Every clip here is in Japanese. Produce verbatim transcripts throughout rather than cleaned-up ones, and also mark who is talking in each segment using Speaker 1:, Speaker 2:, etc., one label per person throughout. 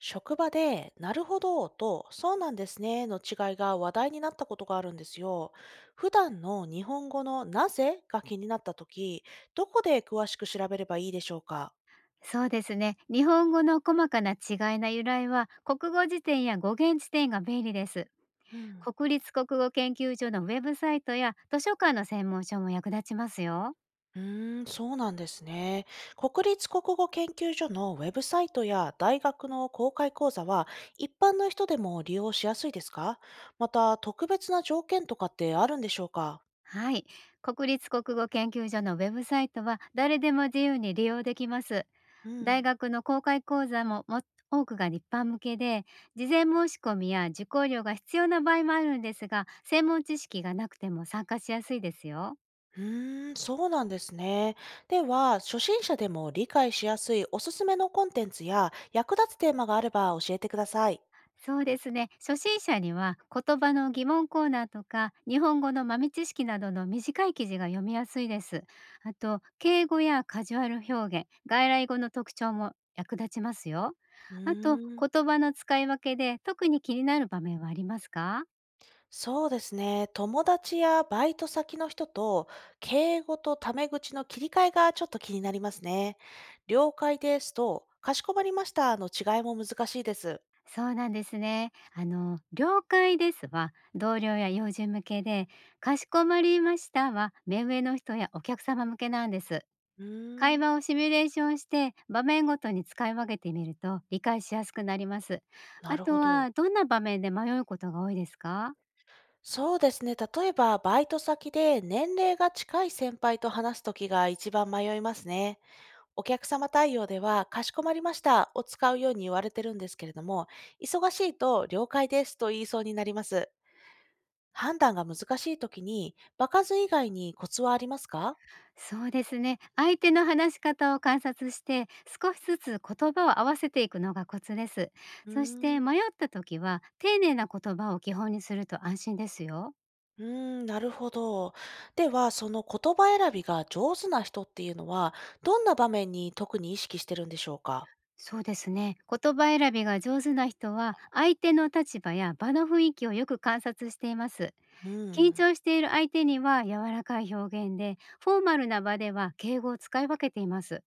Speaker 1: 職場で、なるほどと、そうなんですねの違いが話題になったことがあるんですよ。普段の日本語のなぜが気になったとき、どこで詳しく調べればいいでしょうか？
Speaker 2: そうですね。日本語の細かな違いな由来は、国語辞典や語源辞典が便利です。
Speaker 1: うん。
Speaker 2: 国立国語研究所のウェブサイトや図書館の専門書も役立ちますよ。
Speaker 1: うーん、そうなんですね。国立国語研究所のウェブサイトや大学の公開講座は、一般の人でも利用しやすいですか？また、特別な条件とかってあるんでしょうか？
Speaker 2: はい。国立国語研究所のウェブサイトは、誰でも自由に利用できます。
Speaker 1: う
Speaker 2: 大
Speaker 1: ん。
Speaker 2: 学の公開講座もも多くが一般向けで、事前申し込みや受講料が必要な場合もあるんですが、専門知識がなくても参加しやすいですよ。
Speaker 1: うーん、そうなんですね。では、初心者でも理解しやすいおすすめのコンテンツや役立つテーマがあれば教えてください。
Speaker 2: そうですね。初心者には言葉の疑問コーナーとか日本語の豆知識などの短い記事が読みやすいです。あと敬語やカジュアル表現、外来語の特徴も役立ちますよ。
Speaker 1: う
Speaker 2: あと
Speaker 1: ーん。
Speaker 2: 言葉の使い分けで特に気になる場面はありますか？
Speaker 1: そうですね。友達やバイト先の人と敬語とタメ口の切り替えがちょっと気になりますね。了解ですと、かしこまりましたの違いも難しいです。
Speaker 2: そうなんですね。あの、了解ですは同僚や友人向けで、かしこまりましたは目上の人やお客様向けなんです。
Speaker 1: うー
Speaker 2: 会
Speaker 1: ん、
Speaker 2: 話をシミュレーションして場面ごとに使い分けてみると理解しやすくなります。
Speaker 1: な
Speaker 2: あ
Speaker 1: る
Speaker 2: と
Speaker 1: ほど。
Speaker 2: はどんな場面で迷うことが多いですか？
Speaker 1: そうですね。例えば、バイト先で年齢が近い先輩と話すときが一番迷いますね。お客様対応では、かしこまりましたを使うように言われてるんですけれども、忙しいと了解ですと言いそうになります。判断が難しい時に、場数以外にコツはありますか？
Speaker 2: そうですね。相手の話し方を観察して少しずつ言葉を合わせていくのがコツです。
Speaker 1: うー
Speaker 2: そして
Speaker 1: ん、
Speaker 2: 迷った時は丁寧な言葉を基本にすると安心ですよ。
Speaker 1: うーん、なるほど。では、その言葉選びが上手な人っていうのは、どんな場面に特に意識してるんでしょうか？
Speaker 2: そうですね。言葉選びが上手な人は相手の立場や場の雰囲気をよく観察しています。
Speaker 1: う
Speaker 2: 緊
Speaker 1: ん。
Speaker 2: 張している相手には柔らかい表現で、フォーマルな場では敬語を使い分けています。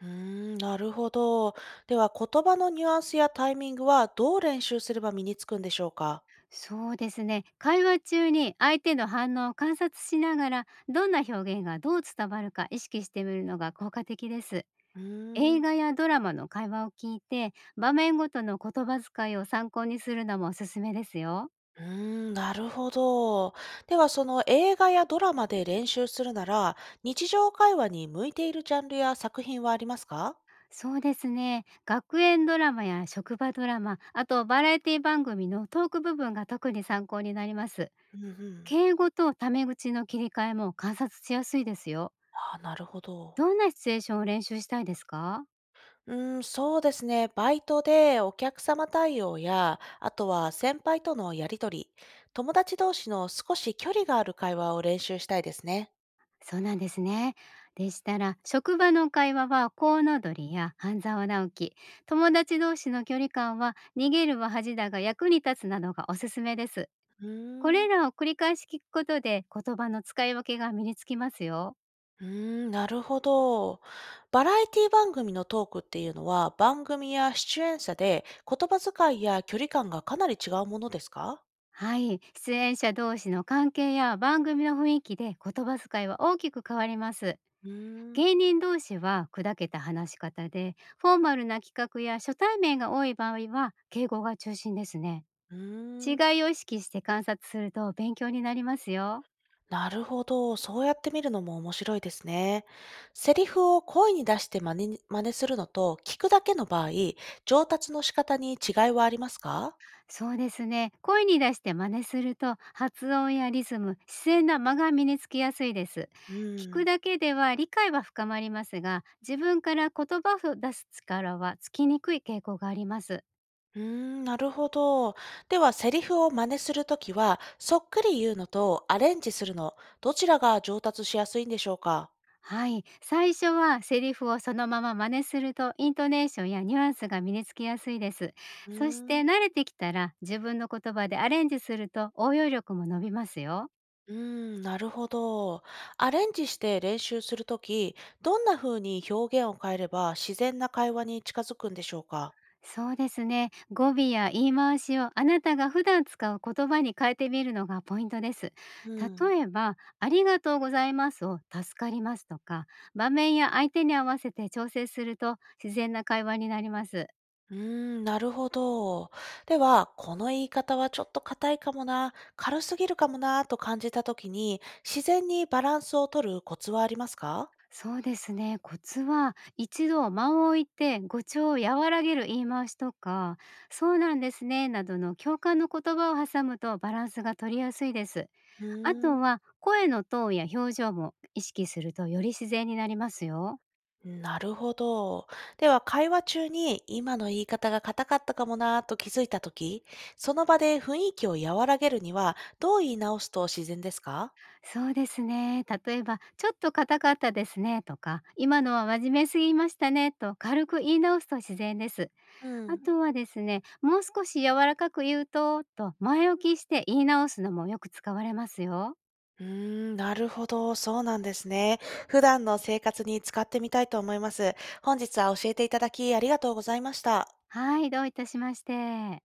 Speaker 1: うーん、なるほど。では、言葉のニュアンスやタイミングはどう練習すれば身につくんでしょうか？
Speaker 2: そうですね。会話中に相手の反応を観察しながら、どんな表現がどう伝わるか意識してみるのが効果的です。
Speaker 1: うー
Speaker 2: 映
Speaker 1: ん。
Speaker 2: 画やドラマの会話を聞いて、場面ごとの言葉遣いを参考にするのもおすすめですよ。
Speaker 1: うーん、なるほど。では、その映画やドラマで練習するなら、日常会話に向いているジャンルや作品はありますか？
Speaker 2: そうですね。学園ドラマや職場ドラマ、あとバラエティ番組のトーク部分が特に参考になります。
Speaker 1: うんうん。
Speaker 2: 敬語とタメ口の切り替えも観察しやすいですよ。
Speaker 1: あー、なるほど。
Speaker 2: どんなシチュエーションを練習したいですか？
Speaker 1: うーん、そうですね。バイトでお客様対応や、あとは先輩とのやりとり、友達同士の少し距離がある会話を練習したいですね。
Speaker 2: そうなんですね。でしたら、職場の会話はコウノドリや半沢直樹、友達同士の距離感は逃げるは恥だが役に立つなどがおすすめです。
Speaker 1: う
Speaker 2: こ
Speaker 1: ー
Speaker 2: れ
Speaker 1: ん。
Speaker 2: らを繰り返し聞くことで言葉の使い分けが身につきますよ。
Speaker 1: うーん、なるほど。バラエティ番組のトークっていうのは、番組や出演者で言葉遣いや距離感がかなり違うものですか？
Speaker 2: はい、出演者同士の関係や番組の雰囲気で言葉遣いは大きく変わります。
Speaker 1: うーん、
Speaker 2: 芸人同士は砕けた話し方で、フォーマルな企画や初対面が多い場合は敬語が中心ですね。
Speaker 1: うー
Speaker 2: 違
Speaker 1: ん、
Speaker 2: いを意識して観察すると勉強になりますよ。
Speaker 1: なるほど。そうやって見るのも面白いですね。セリフを声に出して真似に真似するのと聞くだけの場合、上達の仕方に違いはありますか？
Speaker 2: そうですね。声に出して真似すると発音やリズム、自然な間が身につきやすいです。
Speaker 1: う
Speaker 2: 聞く
Speaker 1: ん。
Speaker 2: だけでは理解は深まりますが、自分から言葉を出す力はつきにくい傾向があります。
Speaker 1: うーん、なるほど。では、セリフを真似するときは、そっくり言うのとアレンジするの、どちらが上達しやすいんでしょうか？
Speaker 2: はい、最初はセリフをそのまま真似するとイントネーションやニュアンスが身につきやすいです。
Speaker 1: う
Speaker 2: そし
Speaker 1: ーん、
Speaker 2: て慣れてきたら自分の言葉でアレンジすると応用力も伸びますよ。
Speaker 1: うーん、なるほど。アレンジして練習するとき、どんな風に表現を変えれば自然な会話に近づくんでしょうか？
Speaker 2: そうですね。語尾や言い回しをあなたが普段使う言葉に変えてみるのがポイントです。
Speaker 1: うん。
Speaker 2: 例えば、ありがとうございますを助かりますとか、場面や相手に合わせて調整すると自然な会話になります。
Speaker 1: うーん、なるほど。では、この言い方はちょっと硬いかもな、軽すぎるかもなと感じたときに、自然にバランスを取るコツはありますか？
Speaker 2: そうですね。コツは一度間を置いて語調を和らげる言い回しとか、そうなんですねなどの共感の言葉を挟むとバランスが取りやすいです。
Speaker 1: う
Speaker 2: あ
Speaker 1: ー
Speaker 2: と
Speaker 1: ん。
Speaker 2: は声のトーンや表情も意識するとより自然になりますよ。
Speaker 1: なるほど。では、会話中に今の言い方が硬かったかもなぁと気づいたとき、その場で雰囲気を和らげるには、どう言い直すと自然ですか？
Speaker 2: そうですね。例えば、ちょっと硬かったですねとか、今のは真面目すぎましたねと軽く言い直すと自然です。
Speaker 1: う
Speaker 2: あ
Speaker 1: ん。
Speaker 2: とはですね、もう少し柔らかく言うと、と前置きして言い直すのもよく使われますよ。
Speaker 1: うーん、なるほど。そうなんですね。普段の生活に使ってみたいと思います。本日は教えていただきありがとうございました。
Speaker 2: はい、どういたしまして。